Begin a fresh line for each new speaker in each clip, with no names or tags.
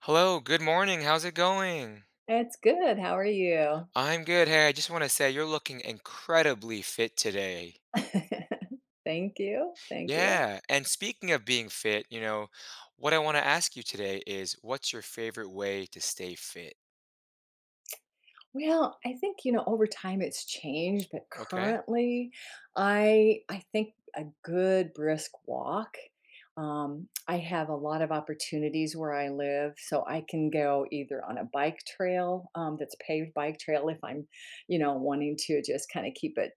Hello, good morning. How's it going?
It's good. How are you?
I'm good. Hey, I just want to say you're looking incredibly fit today.
Thank you. Thank you.
Yeah. And speaking of being fit, what I want to ask you today is what's your favorite way to stay fit?
Well, I think, you know, over time it's changed, but
Okay.
currently I think a good brisk walk. I have a lot of opportunities where I live, so I can go either on a bike trail that's paved bike trail if I'm, you know, wanting to just kind of keep it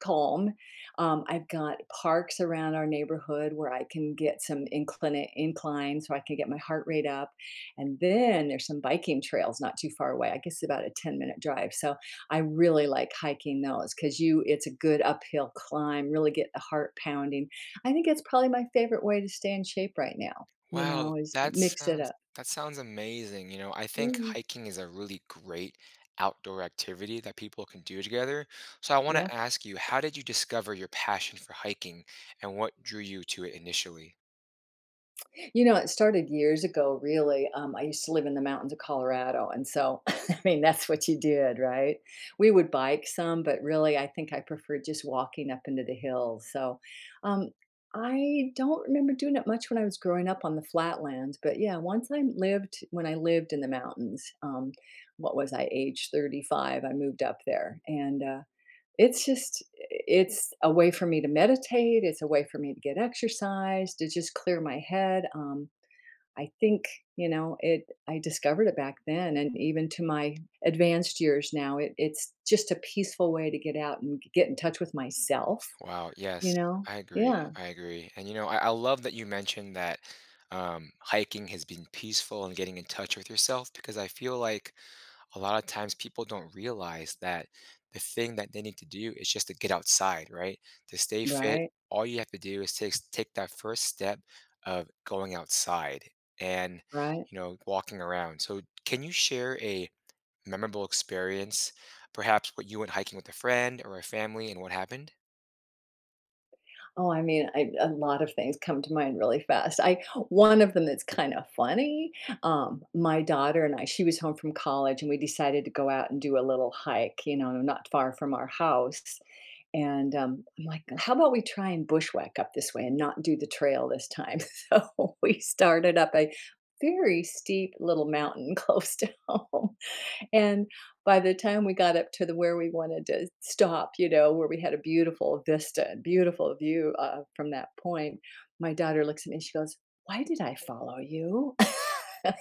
calm. I've got parks around our neighborhood where I can get some incline so I can get my heart rate up, and then there's some biking trails not too far away. I guess it's about a ten-minute drive, so I really like hiking those because you it's a good uphill climb, really get the heart pounding. I think it's probably my favorite way to stay in shape right now, you
Wow,
know, is
that
mix it
sounds
up.
that sounds amazing. You know, I think
Mhm.
hiking is a really great outdoor activity that people can do together. So I want
Yeah.
to ask you, how did you discover your passion for hiking and what drew you to it initially?
You know, it started years ago, really. I used to live in the mountains of Colorado, and so, I mean, that's what you did, right? We would bike some, but really, I think I preferred just walking up into the hills. So, um, I don't remember doing it much when I was growing up on the flatlands, but yeah, once I lived when I lived in the mountains, what was I, age 35, I moved up there, and it's just it's a way for me to meditate. It's a way for me to get exercise to just clear my head. I think, you know, it I discovered it back then, and even to my advanced years now, it's just a peaceful way to get out and get in touch with myself,
Wow,
you
yes,
know?
I agree.
Yeah.
I agree. And you know, I love that you mentioned that hiking has been peaceful and getting in touch with yourself because I feel like a lot of times people don't realize that the thing that they need to do is just to get outside, right? To stay fit,
Right.
all you have to do is take that first step of going outside and,
Right.
walking around. So can you share a memorable experience, perhaps what you went hiking with a friend or a family and what happened?
Oh, I mean, a lot of things come to mind really fast. I One of them that's kind of funny. My daughter and I, she was home from college, and we decided to go out and do a little hike. You know, not far from our house. And, I'm like, "How about we try and bushwhack up this way and not do the trail this time?" So we started up a very steep little mountain close to home, and by the time we got up to the where we wanted to stop, you know, where we had a beautiful vista, beautiful view, from that point, my daughter looks at me and she goes, "Why did I follow you?"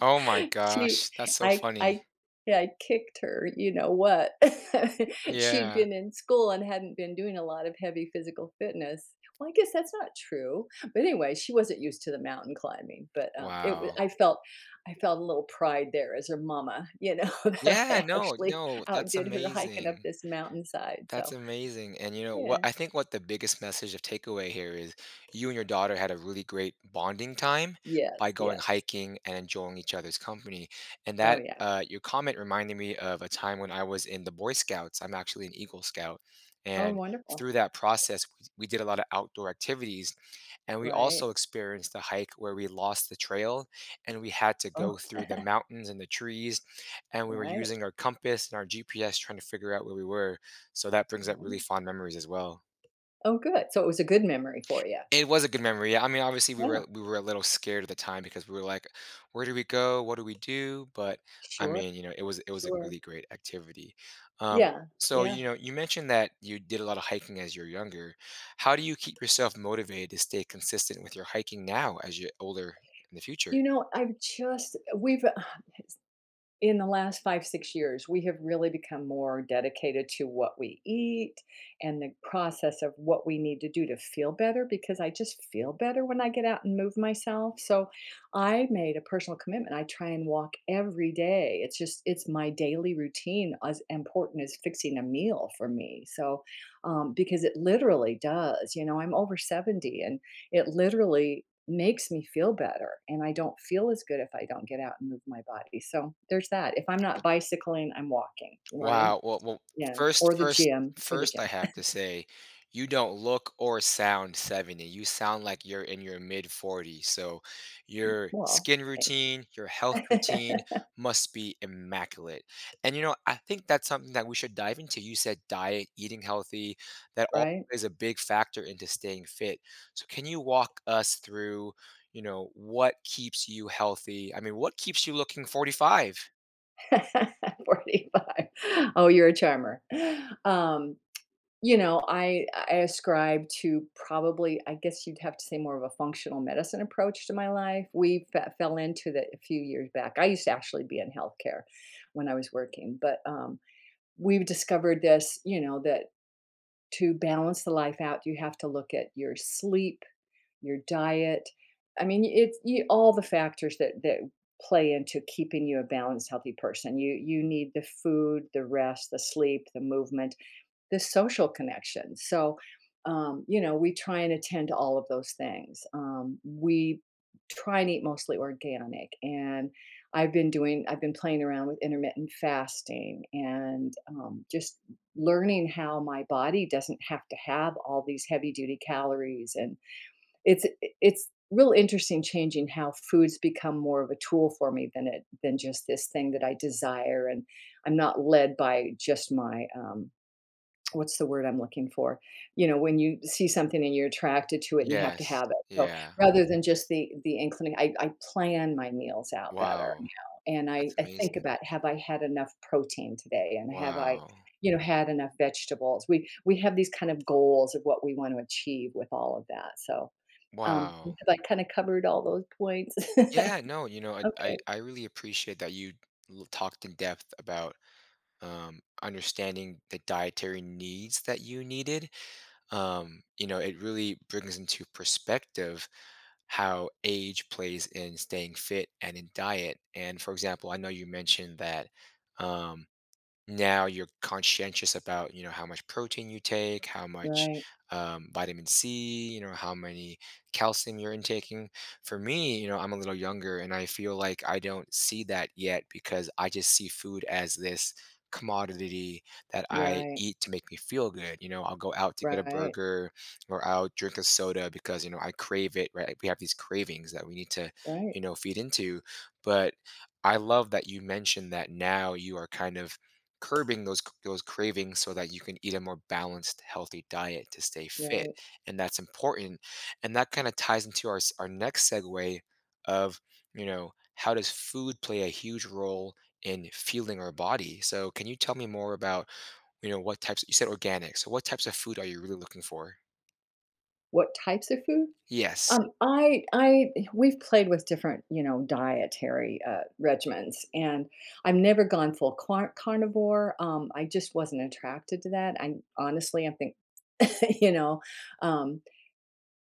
Oh my
She
gosh, that's so
I
funny.
I I kicked her, you know what. She'd
Yeah.
been in school and hadn't been doing a lot of heavy physical fitness. Well, I guess that's not true, but anyway, she wasn't used to the mountain climbing, but, it was.
Wow.
I felt a little pride there as her mama, you know, that
Yeah,
I
no,
actually
no, that's
outdid her hiking up
amazing.
this mountainside,
That's
so
amazing. And you know what
yeah.
I think what the biggest message of takeaway here is, you and your daughter had a really great bonding time by
Yes,
going
yes.
hiking and enjoying each other's company. And
Oh,
that
yeah.
your comment reminded me of a time when I was in the Boy Scouts. I'm actually an Eagle Scout.
Oh,
And
wonderful.
through that process, we did a lot of outdoor activities. And we
Right.
also experienced a hike where we lost the trail and we had to go
Oh,
through the mountains and the trees. And we were
right,
using our compass and our GPS trying to figure out where we were. So that brings up
right.
really fond memories as well.
Oh, good. So it was a good memory for you.
It was a good memory, yeah, I mean, obviously, we were
Yeah.
we were a little scared at the time because we were like, "Where do we go? What do we do?" But, I
Sure,
mean, you know, it was a
sure.
really great activity. Um,
Yeah,
so,
yeah.
you know, you mentioned that you did a lot of hiking as you're younger. How do you keep yourself motivated to stay consistent with your hiking now as you're older in the future?
You know, I've just we've in the last 5, 6 years, we have really become more dedicated to what we eat and the process of what we need to do to feel better, because I just feel better when I get out and move myself. So I made a personal commitment. I try and walk every day. It's my daily routine, as important as fixing a meal for me. So because it literally does, you know, I'm over 70, and it literally makes me feel better, and I don't feel as good if I don't get out and move my body. So there's that. If I'm not bicycling, I'm walking, right?
Wow, well well,
Yeah.
first
Or the
first
gym, or the
first I
gym.
have to say, you don't look or sound 70, you sound like you're in your mid-40s, so your
Well,
skin
thank
routine, your health
think.
routine must be immaculate, and, you know, I think that's something that we should dive into. You said diet, eating healthy, that all
Right?
plays a big factor into staying fit, so can you walk us through, you know, what keeps you healthy? I mean, what keeps you looking 45?
45. Oh, you're a charmer. Um, you know, I ascribe to probably, I guess you'd have to say, more of a functional medicine approach to my life. We fell into that a few years back. I used to actually be in healthcare when I was working, but we've discovered this, you know, that to balance the life out, you have to look at your sleep, your diet. I mean, it's you all the factors that play into keeping you a balanced, healthy person. You need the food, the rest, the sleep, the movement, the social connection. So, you know, we try and attend to all of those things. We try and eat mostly organic, and I've been playing around with intermittent fasting, and just learning how my body doesn't have to have all these heavy duty calories, and it's it's real interesting changing how foods become more of a tool for me than just this thing that I desire, and I'm not led by just my what's the word I'm looking for? You know, when you see something and you're attracted to it and you have to
Yes,
have it. So
yeah.
rather than just the inclina I plan my meals out better
Wow.
now, and
That's
I think
amazing.
about, "Have I had enough protein today, and have I,
Wow.
you know, had enough vegetables?" We have these kind of goals of what we want to achieve with all of that, so,
Wow.
have I kinda covered all those points?
Yeah, no, you know, I I,
Okay.
I really appreciate that you talked in depth about understanding the dietary needs that you needed. You know, it really brings into perspective how age plays in staying fit and in diet. And for example, I know you mentioned that. Um, Now you're conscientious about, you know, how much protein you take, how much
Right.
vitamin C, you know, how many calcium you're intaking. For me, you know, I'm a little younger and I feel like I don't see that yet because I just see food as this commodity that I
Right.
eat to make me feel good. You know, I'll go out to get a
Right.
burger or I'll drink a soda because, you know, I crave it, right? We have these cravings that we need to,
Right.
you know, feed into. But I love that you mentioned that now you are kind of curbing those cravings so that you can eat a more balanced, healthy diet to stay fit,
Right.
and that's important. And that kind of ties into our our next segue of, you know, how does food play a huge role in fueling our body? So can you tell me more about, you know, what types, you said organic, so what types of food are you really looking for?
What types of food?
Yes.
I We've played with different, you know, dietary, regimens, and I've never gone full carnivore. I just wasn't attracted to that. I honestly, I think, you know, um,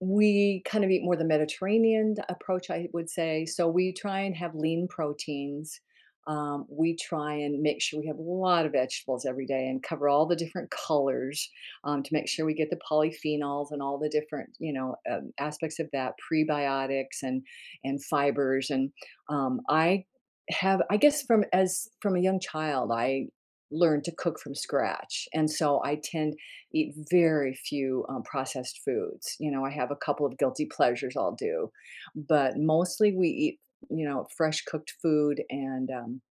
we kind of eat more the Mediterranean approach, I would say. So we try and have lean proteins. We try and make sure we have a lot of vegetables every day and cover all the different colors, to make sure we get the polyphenols and all the different, you know, aspects of that, prebiotics and fibers. And I have, I guess, from as from a young child, I learned to cook from scratch, and so I tend eat very few, processed foods. You know, I have a couple of guilty pleasures I'll do, but mostly we eat, you know, fresh cooked food and,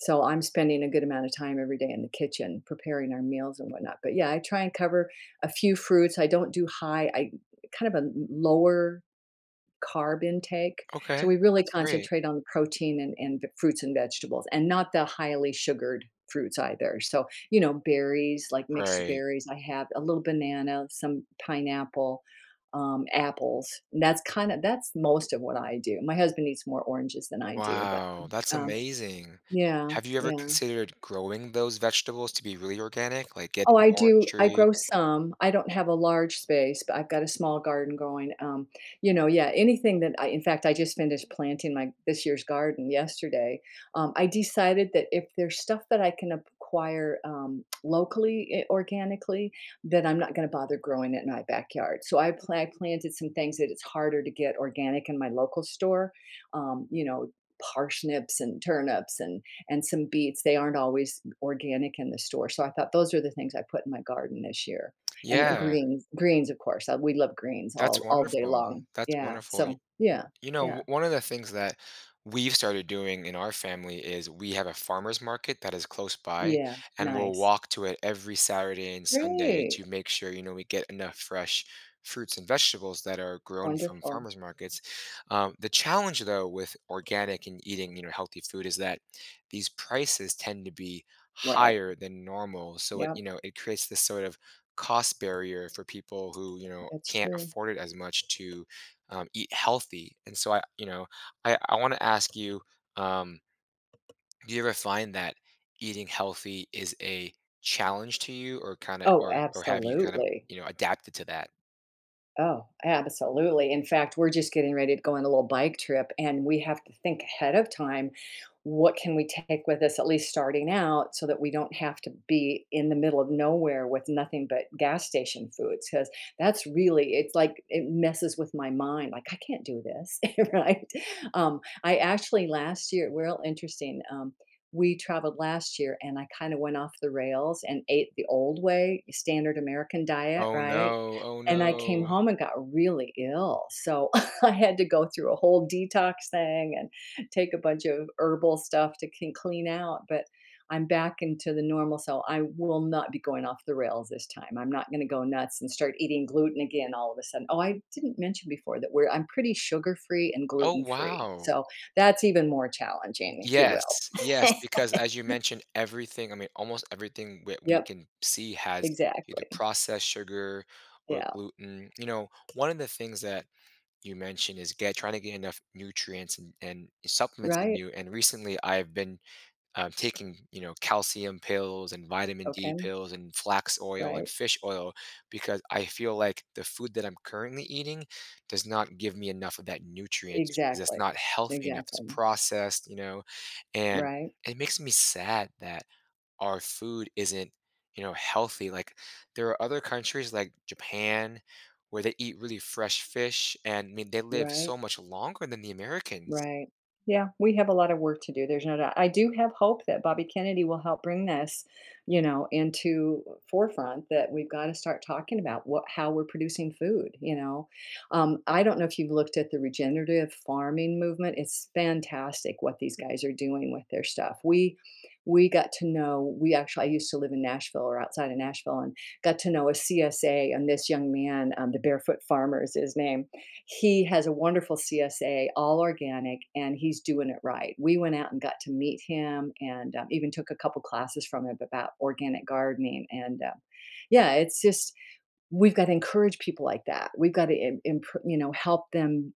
so I'm spending a good amount of time every day in the kitchen preparing our meals and whatnot. But yeah, I try and cover a few fruits. I don't do high, I kind of a lower carb intake.
Okay.
So we really
That's great.
concentrate on protein and the fruits and vegetables, and not the highly sugared fruits either. So, you know, berries, like mixed
Right.
berries, I have a little banana, some pineapple, apples. And that's most of what I do. My husband eats more oranges than I do, but,
Wow, that's
um.
amazing.
Yeah,
Have you ever
yeah.
considered growing those vegetables to be really organic, like getting
Oh,
an
I
orange
do. I
tree?
grow some. I don't have a large space, but I've got a small garden going. You know, yeah, anything that I in fact, I just finished planting my this year's garden yesterday. I decided that if there's stuff that I can acquire, locally, organically, then I'm not going to bother growing it in my backyard. So I planted some things that it's harder to get organic in my local store. You know, parsnips and turnips and some beets. They aren't always organic in the store. So I thought those are the things I put in my garden this year. And
Yeah,
greens, greens, of course. We love greens
that's
all day
wonderful.
long.
That's
Yeah.
wonderful.
So yeah, yeah,
One of the things that we've started doing in our family is we have a farmers market that is close by,
yeah.
and we'll
Nice.
walk to it every Saturday and Sunday
Great.
to make sure, you know, we get enough fresh fruits and vegetables that are grown from
Wonderful.
farmers markets. The challenge, though, with organic and eating, you know, healthy food is that these prices tend to be
Right.
higher than normal. So it,
Yeah.
you know, it creates this sort of cost barrier for people who, you know,
That's
can't
true.
afford it as much to eat healthy. And so I, you know, I want to ask you, um, do you ever find that eating healthy is a challenge to you, or kind of,
Oh,
or have you kind of,
absolutely.
you know, adapted to that?
Oh, absolutely. In fact, we're just getting ready to go on a little bike trip, and we have to think ahead of time what can we take with us, at least starting out, so that we don't have to be in the middle of nowhere with nothing but gas station foods. Because that's really, it's like it messes with my mind. Like, I can't do this, right? I actually last year, real interesting. We traveled last year and I kind of went off the rails and ate the old way, standard American diet,
Oh
right?
no, oh
And I came
no.
home and got really ill, so I had to go through a whole detox thing and take a bunch of herbal stuff to can clean out, but I'm back into the normal, so I will not be going off the rails this time. I'm not gonna go nuts and start eating gluten again all of a sudden. Oh, I didn't mention before that we're I'm pretty sugar-free and
Oh
gluten-free,
wow.
so that's even more challenging, if you
Yes,
will.
yes, because as you mentioned, everything, I mean, almost everything that we
Yep,
can see has either
exactly.
processed sugar or
Yeah,
gluten. You know, one of the things that you mentioned is get trying to get enough nutrients and supplements in
right?
you. And recently, I've been taking, you know, calcium pills and vitamin D
Okay,
pills and flax oil and
right.
fish oil, because I feel like the food that I'm currently eating does not give me enough of that nutrient because it's
Exactly,
not healthy enough. It's
exactly,
processed, you know, and
right.
it makes me sad that our food isn't, you know, healthy. Like, there are other countries like Japan where they eat really fresh fish and I mean they live
Right,
so much longer than the Americans.
right. Yeah, we have a lot of work to do. There's no doubt. I do have hope that Bobby Kennedy will help bring this, you know, into forefront that we've got to start talking about what how we're producing food, you know. I don't know if you've looked at the regenerative farming movement. It's fantastic what these guys are doing with their stuff. We got to know we actually I used to live in Nashville or outside of Nashville and got to know a CSA, and this young man, the Barefoot Farmer is his name. He has a wonderful CSA, all organic, and he's doing it right. We went out and got to meet him, and even took a couple classes from him about organic gardening. And yeah, it's just we've got to encourage people like that. We've got to you know, help them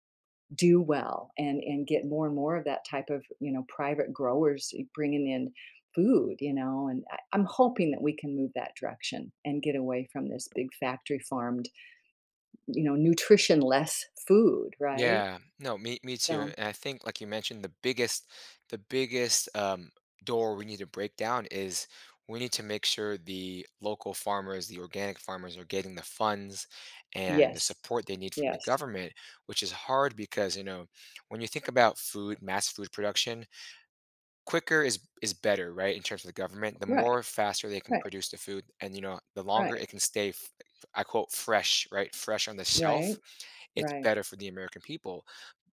do well, and get more and more of that type of, you know, private growers bringing in food, you know. And I'm hoping that we can move that direction and get away from this big factory farmed, you know, nutrition less food, right?
Yeah, no, me too.
So,
And I think, like you mentioned, the biggest door we need to break down is, we need to make sure the local farmers, the organic farmers are getting the funds and the
yes,
support they need from the
yes.
government, which is hard because, you know, when you think about food, mass food production, quicker is better, right, in terms of the government. The more
Right,
faster they can
right,
produce the food and, you know, the longer
right,
it can stay f, I quote, "fresh," right, fresh on the
right,
shelf, it's
right,
better for the American people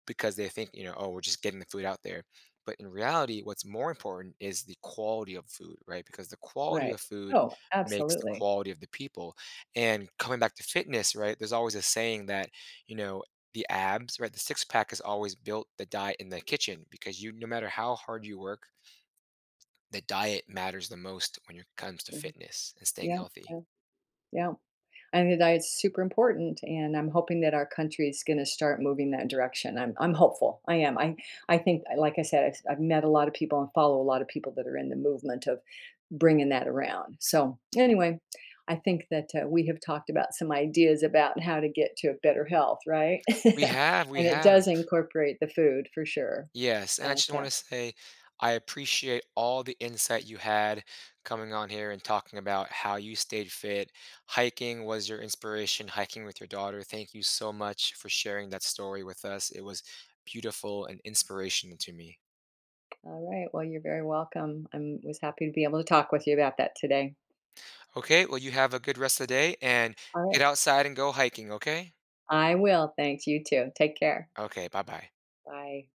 because they think, you know, "Oh, we're just getting the food out there." But in reality, what's more important is the quality of food, right? Because the quality
right.
of food
Oh,
makes the
absolutely.
quality of the people. And coming back to fitness, right, there's always a saying that, you know, the abs, right, the six-pack is always built the diet in the kitchen because you, no matter how hard you work, the diet matters the most when it comes to fitness and staying
Yeah,
healthy.
yeah. Yeah. I think that it's super important, and I'm hoping that our country is gonna start moving that direction. I'm hopeful. I am. I think, like I said, I've met a lot of people and follow a lot of people that are in the movement of bringing that around. So, anyway, I think that, we have talked about some ideas about how to get to a better health, right?
We have, we
And it
have.
does incorporate the food for sure.
Yes, and I just
But,
want to say I appreciate all the insight you had coming on here and talking about how you stayed fit. Hiking was your inspiration, hiking with your daughter. Thank you so much for sharing that story with us. It was beautiful and inspirational to me.
all right, well, you're very welcome. I'm was happy to be able to talk with you about that today.
Okay, well, you have a good rest of the day and
All
get
right.
outside and go hiking, okay?
I will, thanks. You too. Take care.
Okay, bye bye.
Bye.